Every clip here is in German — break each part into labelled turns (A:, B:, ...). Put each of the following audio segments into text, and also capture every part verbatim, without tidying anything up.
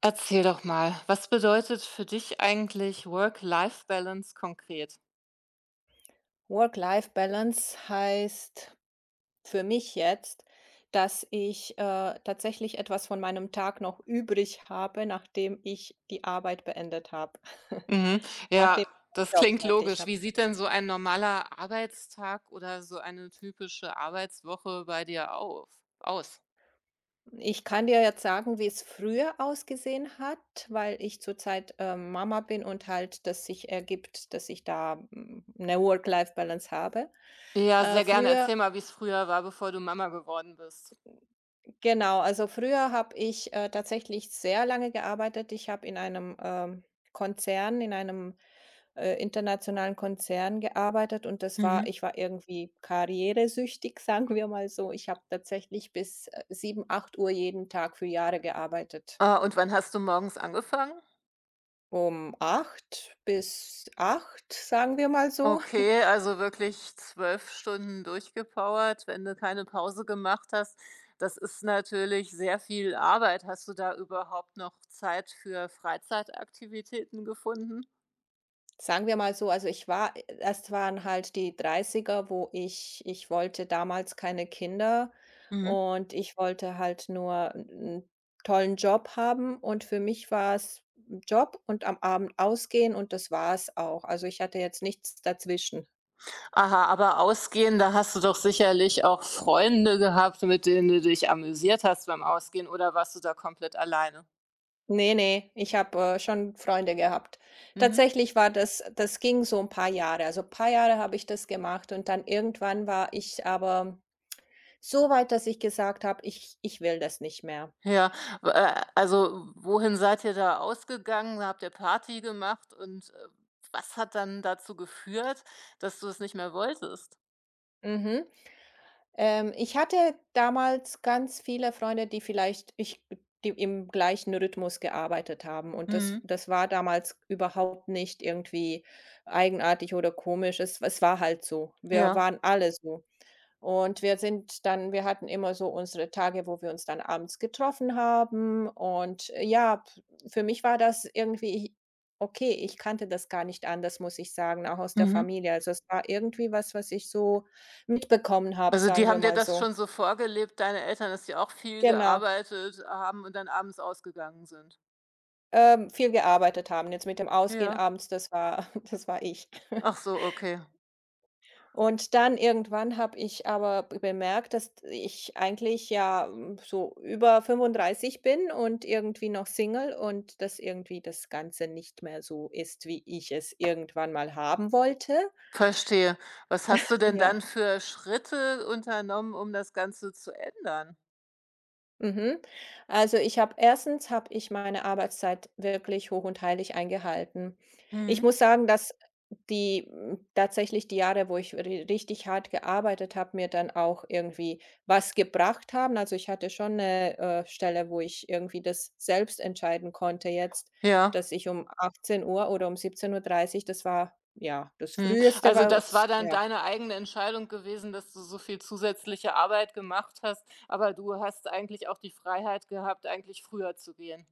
A: Erzähl doch mal, was bedeutet für dich eigentlich Work-Life-Balance konkret?
B: Work-Life-Balance heißt für mich jetzt, dass ich, äh, tatsächlich etwas von meinem Tag noch übrig habe, nachdem ich die Arbeit beendet habe,
A: Mhm. Ja,
B: nachdem ich
A: das
B: den Job
A: klingt
B: fertig
A: logisch.
B: habe.
A: Wie sieht denn so ein normaler Arbeitstag oder so eine typische Arbeitswoche bei dir auf aus?
B: Ich kann dir jetzt sagen, wie es früher ausgesehen hat, weil ich zurzeit, ähm, Mama bin und halt das sich ergibt, dass ich da, hm, 'ne Work-Life-Balance habe.
A: Ja,
B: Äh,
A: sehr gerne.
B: früher
A: Erzähl mal, wie es früher war, bevor du Mama geworden bist.
B: Genau, also früher habe ich, äh, tatsächlich sehr lange gearbeitet. Ich habe in einem, ähm, Konzern in einem, äh, internationalen Konzern gearbeitet, und das war
A: Mhm.
B: ich war irgendwie karrieresüchtig, sagen wir mal so. Ich habe tatsächlich bis, äh, sieben, acht Uhr jeden Tag für Jahre gearbeitet.
A: Ah, und wann hast du morgens angefangen?
B: Um acht bis acht, sagen wir mal so.
A: Okay, also wirklich zwölf Stunden durchgepowert, wenn du keine Pause gemacht hast. Das ist natürlich sehr viel Arbeit. Hast du da überhaupt noch Zeit für Freizeitaktivitäten gefunden?
B: Sagen wir mal so, also ich war äh, das waren halt die Dreißiger, wo ich ich wollte damals keine Kinder
A: Mhm.
B: und ich wollte halt nur einen tollen Job haben, und für mich war es Job und am Abend ausgehen, und das war's auch. Also, ich hatte jetzt nichts dazwischen.
A: Aha, aber ausgehen, da hast du doch sicherlich auch Freunde gehabt, mit denen du dich amüsiert hast beim Ausgehen, oder warst du da komplett alleine?
B: Ne, ne, ich habe, äh, schon Freunde gehabt.
A: Mhm.
B: Tatsächlich war das das ging so ein paar Jahre. Also, ein paar Jahre habe ich das gemacht, und dann irgendwann war ich aber so weit, dass ich gesagt habe: „Ich ich will das nicht mehr.“
A: Ja, w äh, Also wohin seid ihr da ausgegangen? Habt ihr Party gemacht und, äh, was hat dann dazu geführt, dass du es nicht mehr wolltest?
B: Mhm. Ähm, ich hatte damals ganz viele Freunde, die vielleicht ich die im gleichen Rhythmus gearbeitet haben, und das
A: Mhm.
B: das war damals überhaupt nicht irgendwie eigenartig oder komisch. Es es war halt so. Wir
A: Ja.
B: waren alle so. Und wir sind dann wir hatten immer so unsere Tage, wo wir uns dann abends getroffen haben, und äh, ja, p für mich war das irgendwie okay, ich kannte das gar nicht anders, muss ich sagen, auch aus der
A: Mhm.
B: Familie. Also, es war irgendwie was, was ich so mitbekommen habe,
A: Also, die
B: sagen wir
A: haben dir
B: mal
A: das
B: so.
A: schon so vorgelebt, deine Eltern, dass sie auch viel
B: Genau,
A: gearbeitet haben und dann abends ausgegangen sind?
B: ähm, viel gearbeitet haben. Jetzt mit dem Ausgehen
A: Ja.
B: abends, das war das war ich.
A: Ach so, okay.
B: Und dann irgendwann habe ich aber b bemerkt, dass ich eigentlich ja, hm, so über fünfunddreißig bin und irgendwie noch Single, und dass irgendwie das Ganze nicht mehr so ist, wie ich es irgendwann mal haben wollte.
A: Verstehe. Was hast du denn dann
B: Ja.
A: für Schritte unternommen, um das Ganze zu ändern?
B: Mhm. Also ich habe erstens habe ich meine Arbeitszeit wirklich hoch und heilig eingehalten. Ich
A: Mhm.
B: muss sagen, dass die hm, tatsächlich die Jahre, wo ich ri richtig hart gearbeitet habe, mir dann auch irgendwie was gebracht haben. Also, ich hatte schon eine äh, Stelle, wo ich irgendwie das selbst entscheiden konnte jetzt,
A: Ja.
B: dass ich um achtzehn Uhr oder um siebzehn Uhr dreißig, das war ja das
A: Mhm.
B: Früheste,
A: Also, das
B: was.
A: war dann
B: Ja.
A: deine eigene Entscheidung gewesen, dass du so viel zusätzliche Arbeit gemacht hast, aber du hast eigentlich auch die Freiheit gehabt, eigentlich früher zu gehen.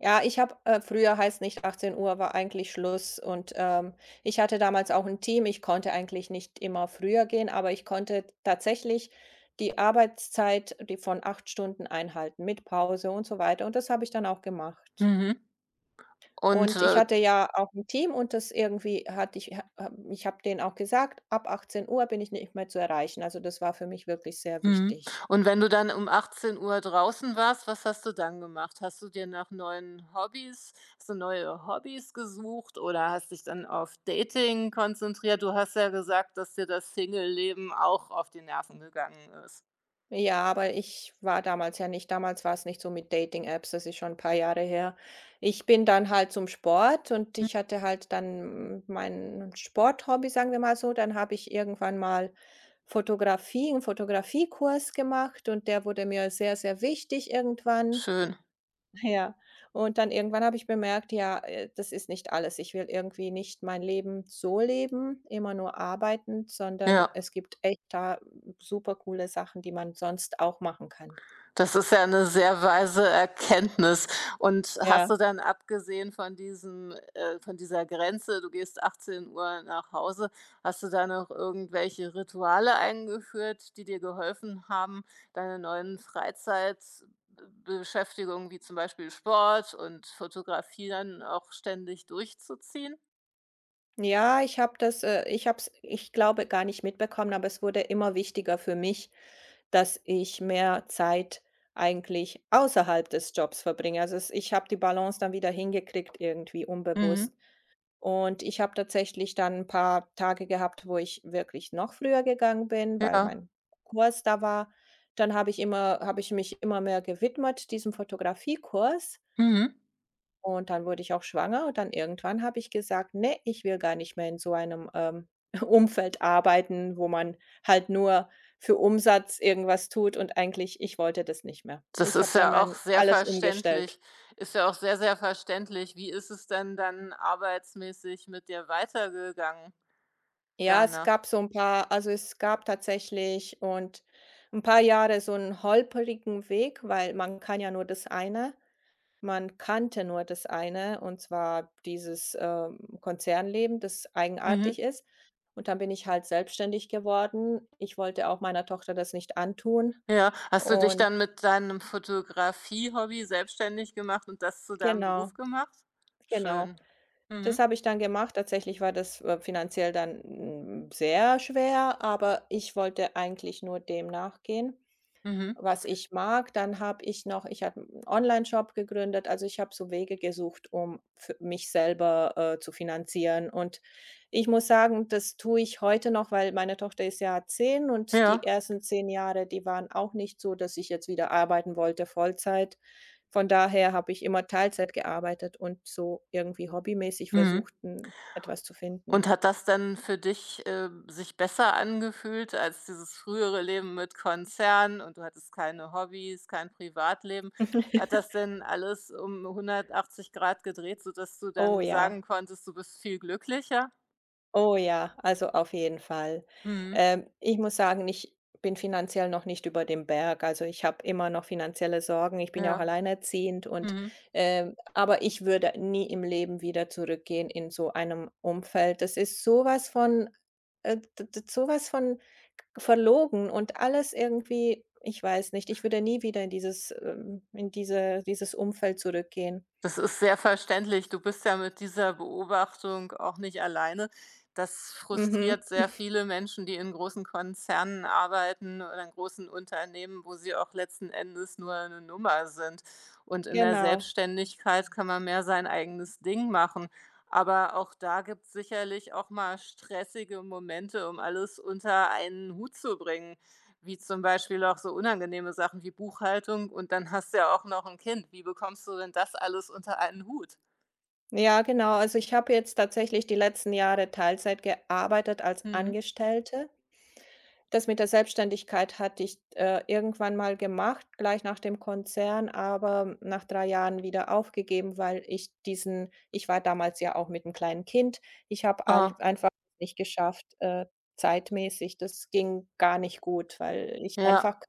B: Ja, ich habe äh, früher heißt nicht, achtzehn Uhr war eigentlich Schluss, und, ähm, ich hatte damals auch ein Team. Ich konnte eigentlich nicht immer früher gehen, aber ich konnte tatsächlich die Arbeitszeit, die von acht Stunden, einhalten mit Pause und so weiter, und das habe ich dann auch gemacht.
A: Mhm. Und,
B: Und ich
A: äh,
B: hatte ja auch ein Team, und das irgendwie hatte ich ha habe ich habe denen auch gesagt: „Ab achtzehn Uhr bin ich nicht mehr zu erreichen.“ Also, das war für mich wirklich sehr
A: mhm.
B: wichtig.
A: Und wenn du dann um achtzehn Uhr draußen warst, was hast du dann gemacht? Hast du dir nach neuen Hobbys hast du neue Hobbys gesucht oder hast dich dann auf Dating konzentriert? Du hast ja gesagt, dass dir das Singleleben auch auf die Nerven gegangen ist.
B: Ja, aber ich war damals ja nicht damals war es nicht so mit Dating-Apps, das ist schon ein paar Jahre her. Ich bin dann halt zum Sport, und ich hatte halt dann mein Sporthobby, sagen wir mal so. Dann habe ich irgendwann mal Fotografie einen Fotografiekurs gemacht, und der wurde mir sehr, sehr wichtig irgendwann.
A: Schön,
B: Ja, und dann irgendwann habe ich bemerkt, ja, äh, das ist nicht alles. Ich will irgendwie nicht mein Leben so leben, immer nur arbeitend, sondern
A: ja.
B: es gibt echt da super coole Sachen, die man sonst auch machen kann.
A: Das ist ja eine sehr weise Erkenntnis. Und
B: Ja.
A: hast du dann abgesehen von diesem äh, von dieser Grenze, du gehst achtzehn Uhr nach Hause, hast du da noch irgendwelche Rituale eingeführt, die dir geholfen haben, deine neuen Freizeitbeschäftigungen wie zum Beispiel Sport und Fotografieren auch ständig durchzuziehen?
B: Ja, ich habe das, äh ich habe es ich glaube, gar nicht mitbekommen, aber es wurde immer wichtiger für mich, dass ich mehr Zeit eigentlich außerhalb des Jobs verbringe. Also, es ich habe die Balance dann wieder hingekriegt, irgendwie
A: Mhm.
B: unbewusst. Und ich habe tatsächlich dann ein paar Tage gehabt, wo ich wirklich noch früher gegangen bin, weil
A: Ja.
B: mein Kurs da war. Dann habe ich immer habe ich mich immer mehr gewidmet diesem Fotografiekurs,
A: Mhm.
B: und dann wurde ich auch schwanger, und dann irgendwann habe ich gesagt: „Nee, ich will gar nicht mehr in so einem, ähm, Umfeld arbeiten, wo man halt nur für Umsatz irgendwas tut“, und eigentlich ich wollte das nicht mehr.
A: Das
B: Ich habe
A: ist
B: dann
A: ja auch
B: mein
A: sehr
B: alles umgestellt.
A: verständlich Ist ja auch sehr, sehr verständlich. Wie ist es denn dann arbeitsmäßig mit dir weitergegangen
B: Ja, es
A: danach?
B: gab so ein paar also, es gab tatsächlich und ein paar Jahre so einen holprigen Weg, weil man kann ja nur das eine. Man kannte nur das eine, und zwar dieses, ähm, Konzernleben, das
A: Mhm.
B: eigenartig ist. Und dann bin ich halt selbstständig geworden. Ich wollte auch meiner Tochter das nicht antun.
A: Ja, hast du dich
B: Und
A: dann mit deinem Fotografie-Hobby selbstständig gemacht und das zu deinem Beruf
B: genau,
A: gemacht?
B: genau.
A: Schön.
B: Das
A: Mhm.
B: habe ich dann gemacht. Tatsächlich war das, äh, finanziell dann, hm, sehr schwer, aber ich wollte eigentlich nur dem nachgehen,
A: Mhm.
B: was ich mag. Dann habe ich noch ich habe einen Online-Shop gegründet. Also, ich habe so Wege gesucht, um für mich selber, äh, zu finanzieren. Und ich muss sagen, das tue ich heute noch, weil meine Tochter ist ja zehn, und die
A: Ja.
B: ersten zehn Jahre, die waren auch nicht so, dass ich jetzt wieder arbeiten wollte Vollzeit. Von daher habe ich immer Teilzeit gearbeitet und so irgendwie hobbymäßig
A: Mhm.
B: versucht, 'n etwas zu finden.
A: Und hat das denn für dich, äh, sich besser angefühlt als dieses frühere Leben mit Konzern und du hattest keine Hobbys, kein Privatleben? Hat das denn alles um hundertachtzig Grad gedreht, sodass du
B: Oh
A: dann sagen
B: ja.
A: konntest, du bist viel glücklicher?
B: Oh ja, also auf jeden Fall.
A: Mhm,
B: Ähm, ich muss sagen, ich bin finanziell noch nicht über dem Berg. Also ich habe immer noch finanzielle Sorgen. Ich bin ja auch
A: ja,
B: alleinerziehend und
A: mhm.
B: ähm, aber ich würde nie im Leben wieder zurückgehen in so einem Umfeld. Das ist sowas von äh, d d sowas von verlogen, und alles irgendwie, ich weiß nicht, ich würde nie wieder in dieses ähm, in diese dieses Umfeld zurückgehen.
A: Das ist sehr verständlich. Du bist ja mit dieser Beobachtung auch nicht alleine. Das
B: Mhm,
A: frustriert sehr viele Menschen, die in großen Konzernen arbeiten oder in großen Unternehmen, wo sie auch letzten Endes nur eine Nummer sind. Und in der
B: genau.
A: Selbstständigkeit kann man mehr sein eigenes Ding machen. Aber auch da gibt es sicherlich auch mal stressige Momente, um alles unter einen Hut zu bringen. Wie zum Beispiel auch so unangenehme Sachen wie Buchhaltung und dann hast du ja auch noch ein Kind. Wie bekommst du denn das alles unter einen Hut?
B: Ja, genau. Also, ich habe jetzt tatsächlich die letzten Jahre Teilzeit gearbeitet als
A: Mhm.
B: Angestellte. Das mit der Selbstständigkeit hatte ich, äh, irgendwann mal gemacht, gleich nach dem Konzern, aber nach drei Jahren wieder aufgegeben, weil ich diesen ich war damals ja auch mit einem kleinen Kind. Ich habe alf
A: Ah,
B: einfach nicht geschafft, äh, zeitmäßig. Das ging gar nicht gut, weil ich
A: ja.
B: einfach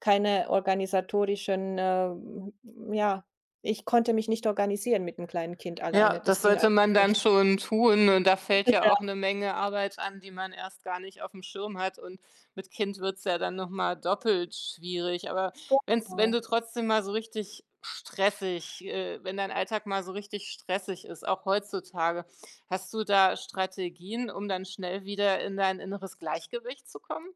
B: keine organisatorischen, ähm ja, ich konnte mich nicht organisieren mit 'm kleinen Kind
A: Ja,
B: alleine. Das
A: das
B: ging
A: sollte
B: einfach
A: man dann
B: nicht.
A: schon tun und da fällt ja auch eine Menge Arbeit an, die man erst gar nicht auf dem Schirm hat und mit Kind wird's ja dann noch mal doppelt schwierig. Aber wenn's wenn du
B: Genau.
A: trotzdem mal so richtig stressig äh, wenn dein Alltag mal so richtig stressig ist, auch heutzutage, hast du da Strategien, um dann schnell wieder in dein inneres Gleichgewicht zu kommen?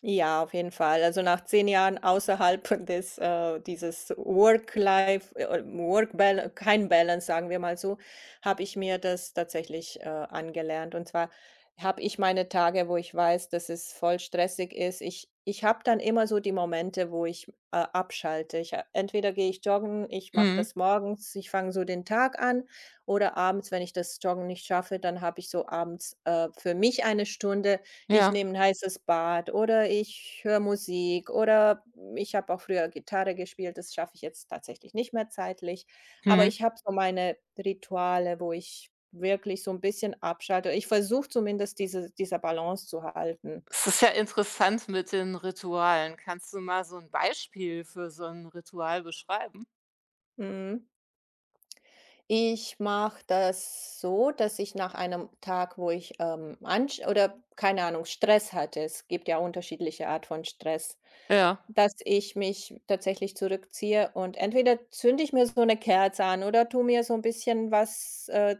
B: Ja, auf jeden Fall. Also nach zehn Jahren außerhalb des, äh dieses Work-Life äh, work balance kein Balance, sagen wir mal so, habe ich mir das tatsächlich, äh, angelernt. Und zwar habe ich meine Tage, wo ich weiß, dass es voll stressig ist. Ich ich habe dann immer so die Momente, wo ich, äh, abschalte. Ich, äh entweder gehe ich joggen, ich mache
A: Mhm.
B: das morgens, ich fange so den Tag an, oder abends, wenn ich das Joggen nicht schaffe, dann habe ich so abends, äh, für mich eine Stunde, ich
A: Ja.
B: nehme ein heißes Bad oder ich höre Musik, oder ich habe auch früher Gitarre gespielt, das schaffe ich jetzt tatsächlich nicht mehr zeitlich. Aber
A: Mhm.
B: ich habe so meine Rituale, wo ich wirklich so ein bisschen abschalte. Ich versuche zumindest diese dieser Balance zu halten.
A: Es ist ja interessant mit den Ritualen. Kannst du mal so ein Beispiel für so ein Ritual beschreiben?
B: Mhm. Ich mache das so, dass ich nach einem Tag, wo ich, ähm, ansch oder keine Ahnung, Stress hatte, es gibt ja unterschiedliche Art von Stress,
A: Ja,
B: dass ich mich tatsächlich zurückziehe und entweder zünde ich mir so eine Kerze an oder tu mir so ein bisschen was, äh,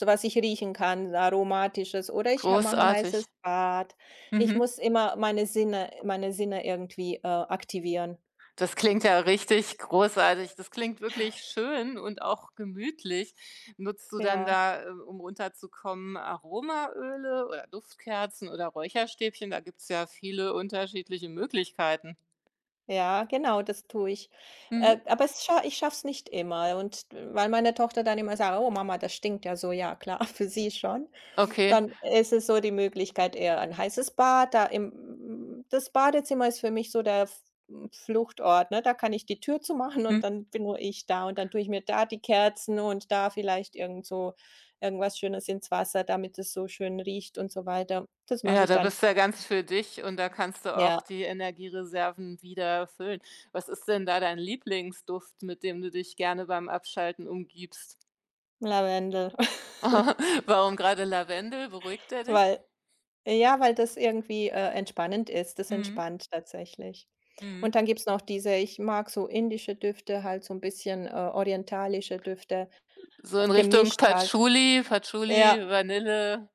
B: so was ich riechen kann, Aromatisches, oder ich mache ein
A: großartig.
B: heißes Bad. Ich
A: Mhm.
B: muss immer meine Sinne meine Sinne irgendwie, äh, aktivieren.
A: Das klingt ja richtig großartig. Das klingt wirklich schön und auch gemütlich. Nutzt du dann
B: Ja.
A: da, äh, um runterzukommen, Aromaöle oder Duftkerzen oder Räucherstäbchen? Da gibt's ja viele unterschiedliche Möglichkeiten.
B: Ja, genau, das tue ich. Äh,
A: Mhm.
B: aber es scha ich schaffe es nicht immer, und weil meine Tochter dann immer sagt: „Oh Mama, das stinkt ja so.“ Ja klar, für sie schon.
A: Okay.
B: Dann ist es so die Möglichkeit eher ein heißes Bad, da im das Badezimmer ist für mich so der F Fluchtort, ne? Da kann ich die Tür zumachen
A: Hm.
B: und dann bin nur ich da, und dann tue ich mir da die Kerzen und da vielleicht irgend so irgendwas Schönes ins Wasser, damit es so schön riecht und so weiter. Das mache
A: Ja,
B: ich
A: da
B: dann.
A: bist du ja ganz für dich und da kannst du auch
B: Ja,
A: die Energiereserven wieder füllen. Was ist denn da dein Lieblingsduft, mit dem du dich gerne beim Abschalten umgibst?
B: Lavendel,
A: Aha. Warum gerade Lavendel? Beruhigt er dich?
B: weil ja, weil das irgendwie, äh, entspannend ist. Das
A: Mhm.
B: entspannt tatsächlich.
A: Mhm.
B: Und dann gibt's noch diese — ich mag so indische Düfte, halt so ein bisschen, äh, orientalische Düfte,
A: So in
B: auf
A: Richtung
B: gemischt halt.
A: Patchouli, Patchouli,
B: Ja,
A: Vanille.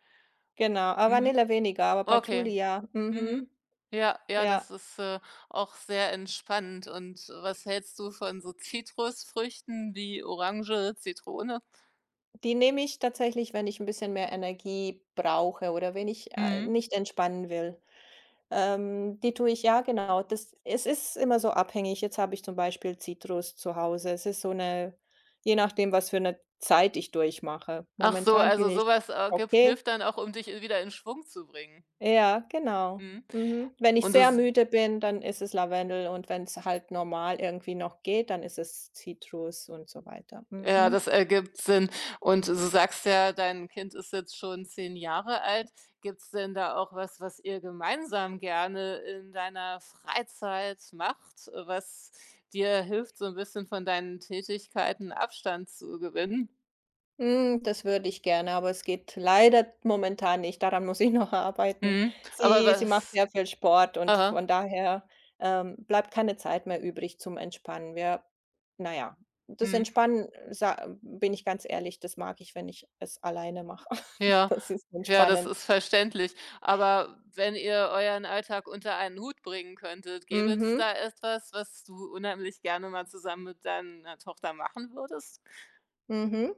B: genau. Ah,
A: Mhm.
B: Vanille weniger, aber
A: Okay.
B: Patchouli ja.
A: Mhm.
B: Mhm.
A: Ja, ja,
B: Ja,
A: das ist, äh, auch sehr entspannend. Und was hältst du von so Zitrusfrüchten wie Orange, Zitrone?
B: die nehme ich tatsächlich, wenn ich ein bisschen mehr Energie brauche oder wenn ich, äh,
A: Mhm.
B: nicht entspannen will. Ähm, die tue ich, ja, genau. Das es ist immer so abhängig. Jetzt habe ich zum Beispiel Zitrus zu Hause. Es ist so eine — je nachdem, was für eine Zeit ich durchmache.
A: Ach so,
B: Momentan bin
A: also
B: ich
A: sowas äh, gibt
B: okay.
A: hilft dann auch, um dich, äh, wieder in Schwung zu bringen.
B: Ja, genau.
A: Mhm.
B: Mhm. Wenn ich
A: Und
B: sehr
A: das
B: müde bin, dann ist es Lavendel, und wenn es halt normal irgendwie noch geht, dann ist es Zitrus und so weiter.
A: Ja,
B: Mhm.
A: das ergibt Sinn. Und du sagst ja, dein Kind ist jetzt schon zehn Jahre alt. Gibt's denn da auch was, was ihr gemeinsam gerne in deiner Freizeit macht, äh, was dir hilft, so ein bisschen von deinen Tätigkeiten Abstand zu gewinnen?
B: Hm, das würde ich gerne, aber es geht leider momentan nicht. Daran muss ich noch arbeiten.
A: Mhm. Aber
B: Sie sie macht
A: was
B: sehr viel Sport, und
A: Aha,
B: von daher, ähm, bleibt keine Zeit mehr übrig zum Entspannen. Wir — naja, das
A: mhm,
B: Entspannen, sa bin ich ganz ehrlich, das mag ich, wenn ich es alleine mache.
A: ja.
B: Das ist
A: Ja, das
B: entspannend.
A: ist verständlich. Aber wenn ihr euren Alltag unter einen Hut bringen könntet, gäbe es
B: Mhm,
A: da etwas, was du unheimlich gerne mal zusammen mit deiner Tochter machen würdest?
B: mhm.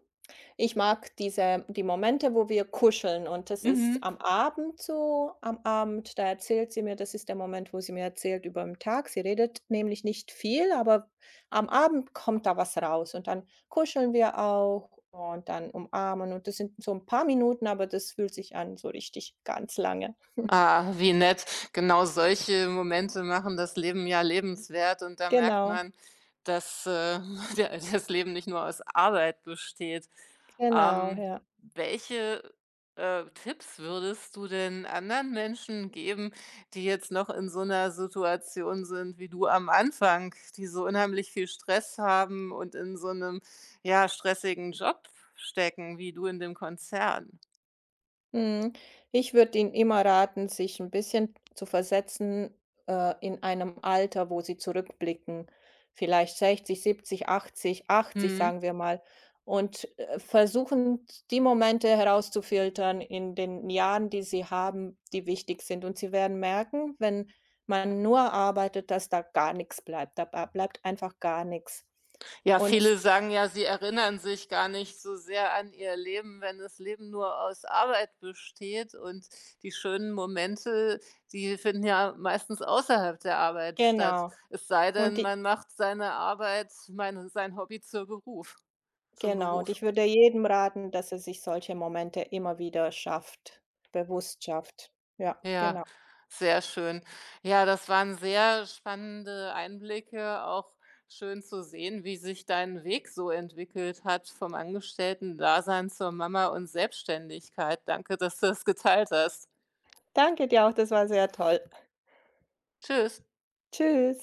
B: Ich mag diese — die Momente, wo wir kuscheln, und das ist
A: Mhm.
B: am Abend so. Am Abend, da erzählt sie mir — das ist der Moment, wo sie mir erzählt über den Tag. Sie redet nämlich nicht viel, aber am Abend kommt da was raus, und dann kuscheln wir auch, und dann umarmen, und das sind so ein paar Minuten, aber das fühlt sich an so richtig ganz lange.
A: Ah, wie nett. Genau solche Momente machen das Leben ja lebenswert und da merkt
B: Genau,
A: man, dass, äh, der das Leben nicht nur aus Arbeit besteht.
B: genau,
A: Ähm,
B: ja.
A: welche, äh, Tipps würdest du denn anderen Menschen geben, die jetzt noch in so einer Situation sind wie du am Anfang, die so unheimlich viel Stress haben und in so einem ja, stressigen Job stecken wie du in dem Konzern?
B: Mhm. Ich würde Ihnen immer raten, sich ein bisschen zu versetzen, äh, in einem Alter, wo Sie zurückblicken, vielleicht sechzig, siebzig, achtzig, achtzig,
A: Mhm.
B: sagen wir mal, und, äh, versuchen, die Momente herauszufiltern in den Jahren, die Sie haben, die wichtig sind. Und Sie werden merken, wenn man nur arbeitet, dass da gar nichts bleibt. Da ba bleibt einfach gar nichts.
A: Ja,
B: Und
A: viele sagen ja, sie erinnern sich gar nicht so sehr an ihr Leben, wenn das Leben nur aus Arbeit besteht. Und die schönen Momente, die finden ja meistens außerhalb der Arbeit statt.
B: genau.
A: Es sei
B: Und
A: denn,
B: die —
A: man macht seine Arbeit, mein, sein Hobby zur Beruf, zum
B: genau, und
A: Beruf.
B: ich würde jedem raten, dass er sich solche Momente immer wieder schafft, bewusst schafft. Ja,
A: Ja,
B: genau.
A: sehr schön. Ja, das waren sehr spannende Einblicke, auch schön zu sehen, wie sich dein Weg so entwickelt hat vom Angestellten-Dasein zur Mama und Selbstständigkeit. Danke, dass du das geteilt hast.
B: Danke dir auch, das war sehr toll.
A: Tschüss.
B: Tschüss.